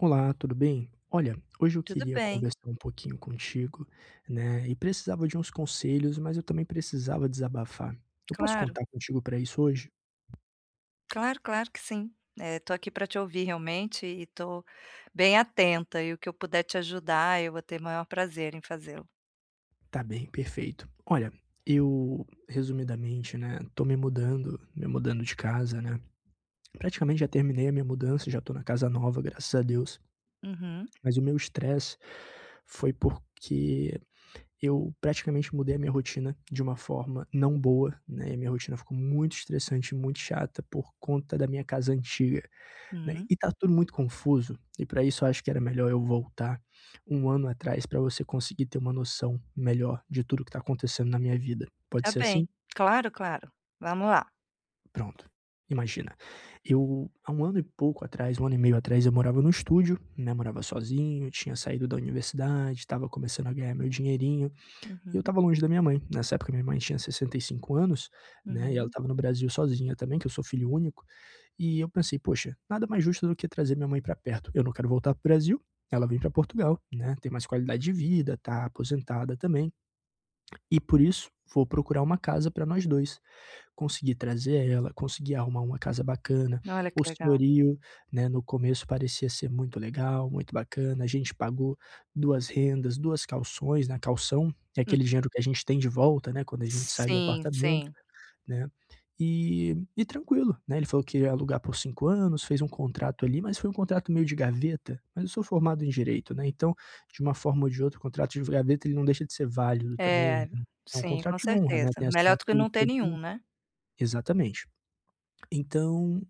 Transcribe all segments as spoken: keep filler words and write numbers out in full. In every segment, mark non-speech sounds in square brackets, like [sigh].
Olá, tudo bem? Olha, hoje eu Tudo queria bem, conversar um pouquinho contigo, né, e precisava de uns conselhos, mas eu também precisava desabafar. Eu posso claro, contar contigo para isso hoje? claro, claro que sim. Estou aqui para te ouvir realmente e estou bem atenta, e o que eu puder te ajudar, eu vou ter maior prazer em fazê-lo. Tá bem, perfeito. Olha, eu, resumidamente, né, tô me mudando, me mudando de casa, né. Praticamente já terminei a minha mudança, já tô na casa nova, graças a Deus, Uhum, mas o meu estresse foi porque eu praticamente mudei a minha rotina de uma forma não boa, né, e a minha rotina ficou muito estressante, muito chata por conta da minha casa antiga, né, uhum, e tá tudo muito confuso, e para isso eu acho que era melhor eu voltar um ano atrás para você conseguir ter uma noção melhor de tudo que tá acontecendo na minha vida. Pode tá ser assim? bem. Claro, claro. Vamos lá. Pronto. Imagina, eu há um ano e pouco atrás, um ano e meio atrás, eu morava no estúdio, né, morava sozinho, tinha saído da universidade, estava começando a ganhar meu dinheirinho. E Uhum, eu estava longe da minha mãe. Nessa época, minha mãe tinha sessenta e cinco anos, né, e ela uhum. estava no Brasil sozinha também, que eu sou filho único. E eu pensei: "Poxa, nada mais justo do que trazer minha mãe para perto. Eu não quero voltar para o Brasil, ela vem para Portugal, né, tem mais qualidade de vida, tá aposentada também". E por isso, vou procurar uma casa para nós dois. Consegui trazer ela, consegui arrumar uma casa bacana. Olha O que legal. senhorio, né, no começo parecia ser muito legal, muito bacana. A gente pagou duas rendas, duas calções, né, calção é Hum. aquele dinheiro que a gente tem de volta, né, quando a gente sai do Sim, apartamento. sim. Né. E e tranquilo, né, ele falou que ia alugar por cinco anos, fez um contrato ali, mas foi um contrato meio de gaveta, mas eu sou formado em direito, né, então, de uma forma ou de outra, o contrato de gaveta ele não deixa de ser válido É, também, né. É um sim, contrato com de honra, né, certeza. tem a Melhor do que assinatura não de ter todo nenhum, mundo. né. Exatamente. Então,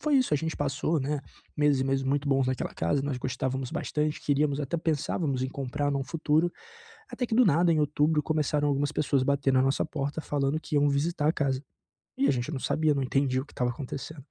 foi isso, a gente passou, né, meses e meses muito bons naquela casa, nós gostávamos bastante, queríamos até pensávamos em comprar num futuro, até que do nada, em outubro, começaram algumas pessoas bater na nossa porta falando que iam visitar a casa. E a gente não sabia, não entendia o que estava acontecendo.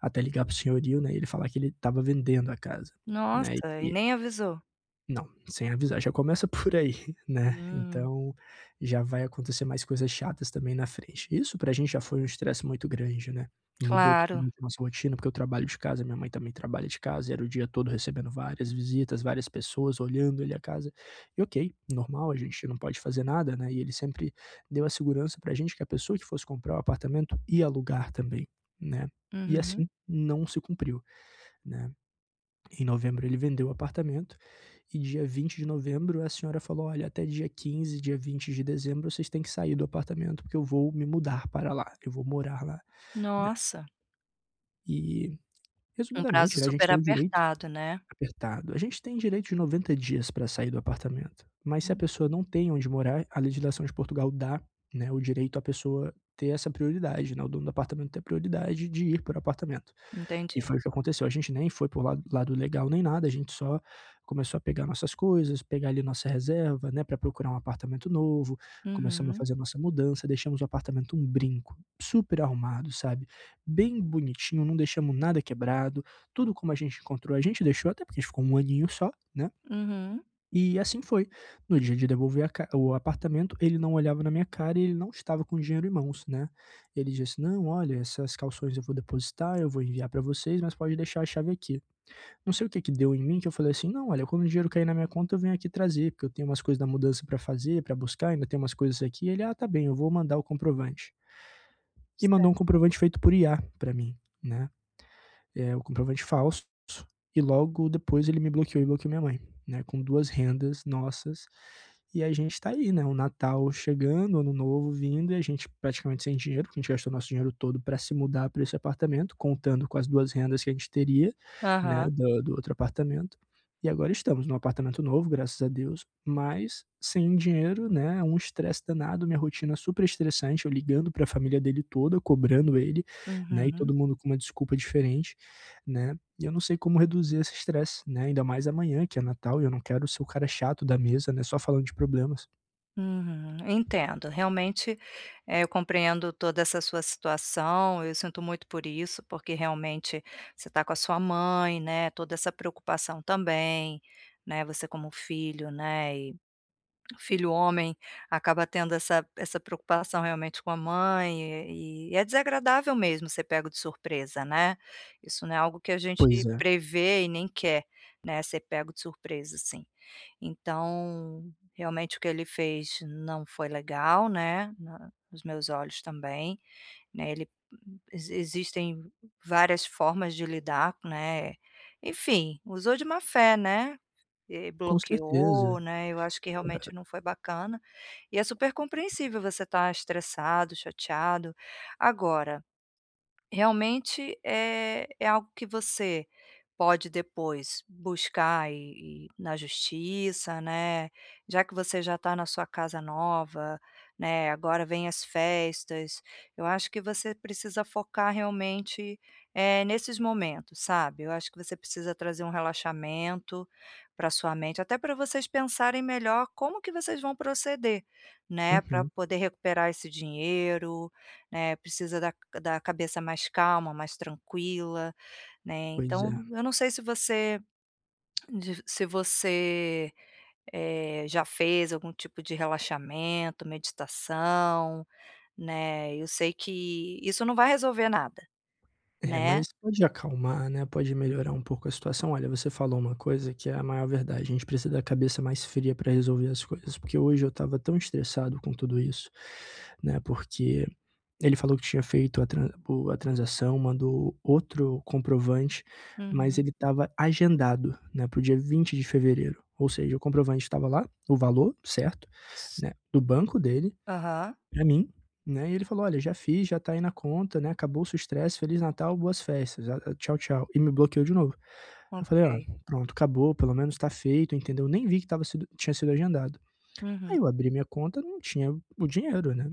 Até ligar pro senhorio, né, e ele falar que ele estava vendendo a casa, né, e Nossa, e que nem avisou? não, sem avisar, já começa por aí, [laughs] né. Hum, Então, já vai acontecer mais coisas chatas também na frente. Isso pra gente já foi um estresse muito grande, né. Mudou claro. totalmente a nossa rotina, porque eu trabalho de casa, minha mãe também trabalha de casa, era o dia todo recebendo várias visitas, várias pessoas olhando ele a casa. E ok, normal, a gente não pode fazer nada, né, e ele sempre deu a segurança pra gente que a pessoa que fosse comprar o apartamento ia alugar também, né. E Uhum. assim não se cumpriu, né. Em novembro ele vendeu o apartamento e dia vinte de novembro a senhora falou: "Olha, até dia quinze, dia vinte de dezembro vocês têm que sair do apartamento, porque eu vou me mudar para lá, eu vou morar lá", né. Nossa, E, um prazo resumidamente, né, a gente super tem o direito apertado, né. apertado. A gente tem direito de noventa dias para sair do apartamento, mas se a Hum, pessoa não tem onde morar, a legislação de Portugal dá, né, o direito à pessoa ter essa prioridade, né, o dono do apartamento ter a prioridade de ir para o apartamento. E entendi. foi o que aconteceu, a gente nem foi para lado lado legal nem nada, a gente só começou a pegar nossas coisas, pegar ali nossa reserva, né, para procurar um apartamento novo, começamos a Uhum, fazer a nossa mudança, deixamos o apartamento um brinco, super arrumado, sabe, bem bonitinho, não deixamos nada quebrado, tudo como a gente encontrou, a gente deixou, até porque a gente ficou um aninho só, né, uhum. e assim foi. No dia de devolver a ca o apartamento, ele não olhava na minha cara e ele não estava com dinheiro em mãos, né. Ele disse: assim, "Não, olha, essas calções eu vou depositar, eu vou enviar para vocês, mas pode deixar a chave aqui". Não sei o que que deu em mim que eu falei assim: "Não, olha, quando o dinheiro cair na minha conta eu venho aqui trazer, porque eu tenho umas coisas da mudança para fazer, para buscar, ainda tem umas coisas aqui". Ele: "Ah, tá bem, eu vou mandar o comprovante". E mandou um Certo. comprovante feito por I A para mim, né. É, o comprovante falso, e logo depois ele me bloqueou e bloqueou minha mãe, né? Com duas rendas nossas. E a gente tá aí, né? O Natal chegando, Ano Novo vindo, e a gente praticamente sem dinheiro, porque a gente gastou nosso dinheiro todo para se mudar para esse apartamento, contando com as duas rendas que a gente teria, né? Aham. Do, do outro apartamento. E agora estamos num apartamento novo, graças a Deus, mas sem dinheiro, né? Um estresse danado, minha rotina super estressante, eu ligando para a família dele toda, cobrando ele, né? E Uhum, todo mundo com uma desculpa diferente, né, e eu não sei como reduzir esse estresse, né, ainda mais amanhã que é Natal e eu não quero ser o cara chato da mesa, né, só falando de problemas. uhum. Entendo. Realmente, eh, eu compreendo toda essa sua situação, eu sinto muito por isso, porque realmente você está com a sua mãe, né, toda essa preocupação também, né, você como filho, né, filho homem acaba tendo essa essa preocupação realmente com a mãe, e e é desagradável mesmo ser pego de surpresa, né. Isso não é algo que a gente Pois é, prevê e nem quer, né, ser pego de surpresa, assim. Então, realmente o que ele fez não foi legal, né, na nos meus olhos também, né, ele exi existem várias formas de lidar, né. Enfim, usou de má fé, né. Eh, com certeza. Bloqueou, né, eu acho que realmente não foi bacana, e é super compreensível você estar estressado, chateado. Agora, realmente é é algo que você pode depois buscar e e na justiça, né, já que você já está na sua casa nova, né, agora vem as festas, eu acho que você precisa focar realmente, eh, nesses momentos, sabe. Eu acho que você precisa trazer um relaxamento para sua mente, até para vocês pensarem melhor como que vocês vão proceder, né, para Uhum. poder recuperar esse dinheiro, né, precisa da da cabeça mais calma, mais tranquila, né, Pois então é. eu não sei se você de se você, eh, já fez algum tipo de relaxamento, meditação, né, eu sei que isso não vai resolver nada, É, né. mas pode acalmar, né, pode melhorar um pouco a situação. Olha, você falou uma coisa que é a maior verdade, a gente precisa da cabeça mais fria para resolver as coisas, porque hoje eu estava tão estressado com tudo isso, né, porque ele falou que tinha feito a tran o a transação, mandou outro comprovante, mas Uhum. ele estava agendado, né, para o dia vinte de fevereiro, ou seja, o comprovante estava lá, o valor certo, S né, do banco dele, Aham, para mim, né, e ele falou: "Olha, já fiz, já tá aí na conta, né, acabou o seu estresse, feliz Natal, boas festas, a a tchau, tchau", e me bloqueou de novo. Eu falei: "Ó, ok. pronto, acabou, pelo menos tá feito", entendeu, nem vi que estava sido tinha sido agendado. Uhum, Aí eu abri minha conta, não tinha o dinheiro, né.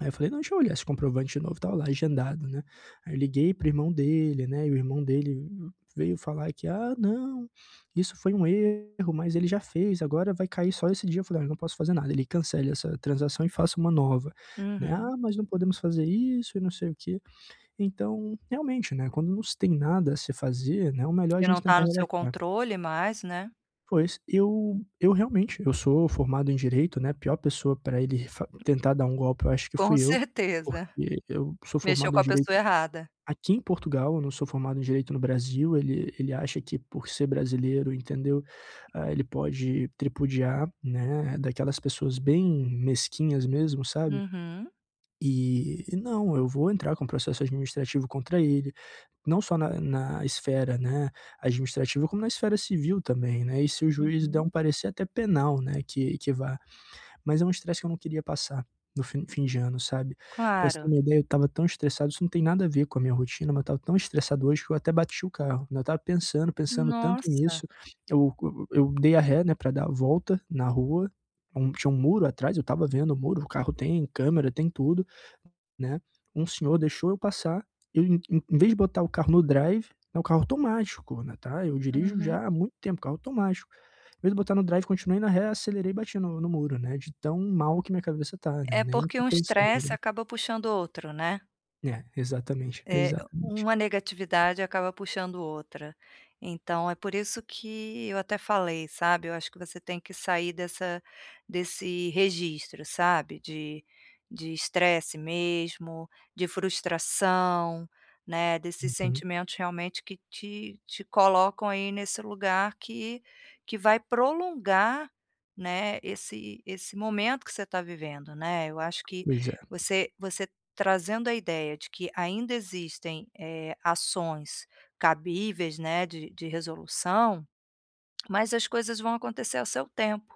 Aí eu falei: "Não, deixa eu olhar esse comprovante de novo", estava lá agendado, né. Aí eu liguei para irmão dele, né, e o irmão dele veio falar que: "Ah, não, isso foi um erro, mas ele já fez, agora vai cair só esse dia". Eu falei: "Olha, eu não posso fazer nada, ele cancele essa transação e faça uma nova", né. uhum. "Ah, mas não podemos fazer isso e não sei o quê". Então, realmente, né, quando não se tem nada a se fazer, né, o melhor é a Que não gente está tentar no seu relaxar. controle mais, né. Pois, eu eu realmente, eu sou formado em direito, né, pior pessoa para ele fa tentar dar um golpe eu acho que Com [laughs] fui eu, certeza, porque eu sou mexeu formado com em a pessoa direito errada. aqui em Portugal, eu não sou formado em direito no Brasil, ele ele acha que por ser brasileiro, entendeu, ah, ele pode tripudiar, né, daquelas pessoas bem mesquinhas mesmo, sabe. Uhum, E e não, eu vou entrar com processo administrativo contra ele, não só na na esfera, né, administrativa, como na esfera civil também, né, e se o juiz der uhum. um parecer até penal, né, que que vá. Mas é um estresse que eu não queria passar no fim fim de ano, sabe. Pra você ter Claro. uma ideia, eu estava tão estressado, isso não tem nada a ver com a minha rotina, mas eu estava tão estressado hoje que eu até bati o carro, né, eu estava pensando, pensando tanto Nossa, nisso, eu eu eu dei a ré, né, pra dar a volta na rua, um tinha um muro atrás, eu estava vendo o muro, o carro tem câmera, tem tudo. Né, um senhor deixou eu passar, eu em em em vez de botar o carro no drive é um carro automático, né, tá, eu dirijo uhum. já há muito tempo, carro automático. Em vez de botar no drive, continuei na ré, acelerei e bati no no muro, né, de tão mal que minha cabeça tá, né, É nem porque tô um pensando estresse direito. acaba puxando outro, né. É, exatamente, É, exatamente. uma negatividade acaba puxando outra. Então é por isso que eu até falei, sabe, eu acho que você tem que sair dessa desse registro, sabe, de de estresse mesmo, de frustração, né, desses Uhum. sentimentos realmente que te te colocam aí nesse lugar que que vai prolongar, né, esse esse momento que você está vivendo, né. Eu acho que Pois é, você você trazendo a ideia de que ainda existem, eh, ações cabíveis, né, de de resolução, mas as coisas vão acontecer ao seu tempo,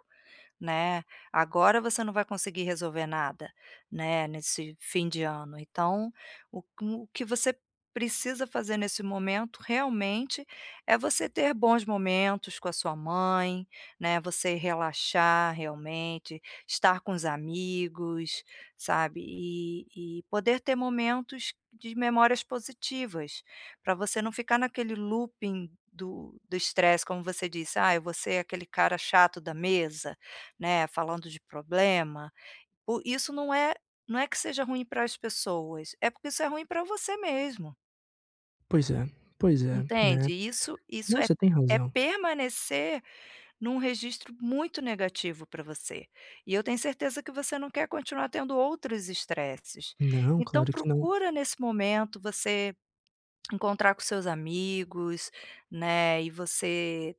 né, agora você não vai conseguir resolver nada, né, nesse fim de ano. Então, o o que você precisa fazer nesse momento, realmente, é você ter bons momentos com a sua mãe, né, você relaxar realmente, estar com os amigos, sabe, e e poder ter momentos de memórias positivas, para você não ficar naquele looping do do estresse, como você disse: "ah, eu vou ser aquele cara chato da mesa", né, falando de problema, o isso não é, não é que seja ruim para as pessoas, é porque isso é ruim para você mesmo, pois é, pois é, né. entende? Isso isso Não, é você tem é razão. permanecer num registro muito negativo para você. E eu tenho certeza que você não quer continuar tendo outros estresses. Não, Então claro que não. procura nesse momento você encontrar com seus amigos, né, e você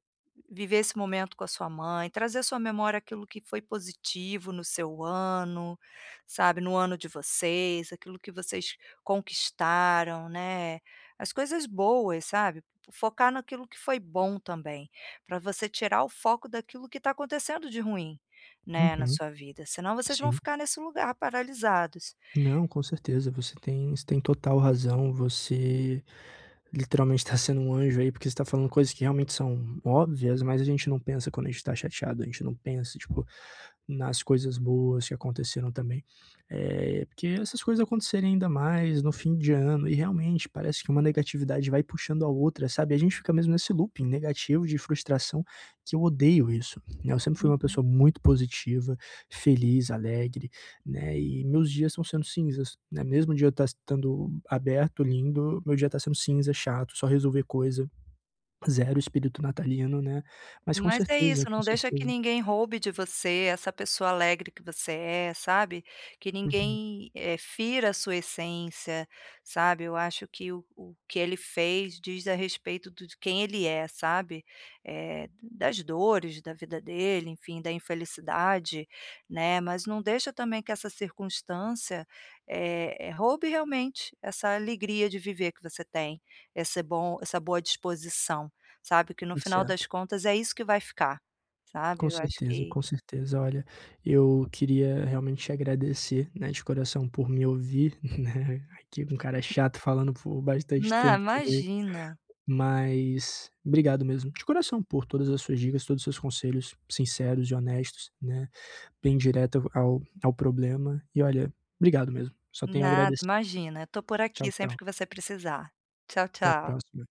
viver esse momento com a sua mãe, trazer à sua memória aquilo que foi positivo no seu ano, sabe, no ano de vocês, aquilo que vocês conquistaram, né, as coisas boas, sabe, focar naquilo que foi bom também, para você tirar o foco daquilo que está acontecendo de ruim, né, na Uhum, sua vida, senão vocês vão sim. ficar nesse lugar paralisados. Não, com certeza, você tem você tem total razão, você literalmente está sendo um anjo aí, porque você tá falando coisas que realmente são óbvias, mas a gente não pensa quando a gente está chateado, a gente não pensa, tipo, nas coisas boas que aconteceram também. É porque essas coisas acontecerem ainda mais no fim de ano, e realmente parece que uma negatividade vai puxando a outra, sabe, a gente fica mesmo nesse looping negativo de frustração, que eu odeio isso, né, eu sempre fui uma Uhum. pessoa muito positiva, feliz, alegre, né, e meus dias estão sendo cinzas, né, mesmo o dia tá estando aberto, lindo, meu dia tá sendo cinza, chato, só resolver coisa, zero espírito natalino, né, mas com Mas é certeza, isso, com não deixa que certeza. ninguém roube de você essa pessoa alegre que você é, sabe, que Uhum. ninguém, eh, fira a sua essência, sabe. Eu acho que o o que ele fez diz a respeito do de quem ele é, sabe, eh, das dores da vida dele, enfim, da infelicidade, né, mas não deixa também que essa circunstância, eh eh, roube realmente essa alegria de viver que você tem, essa bom essa boa disposição. Sabe, que no Tá final das certo. contas é isso que vai ficar, sabe. Com Eu acho certeza, que com certeza. Olha, eu queria realmente te agradecer, né, de coração por me ouvir, [laughs] né, aqui um cara chato falando por bastante Não tempo também, imagina, mas obrigado mesmo, de coração, por todas as suas dicas, todos os seus conselhos sinceros e honestos, né. Bem direta ao ao problema. E olha, obrigado mesmo. Só tenho a nada, agradecer. imagina, eu tô por Tchau, aqui sempre tchau. que você precisar. Tchau, Até a tchau. próxima.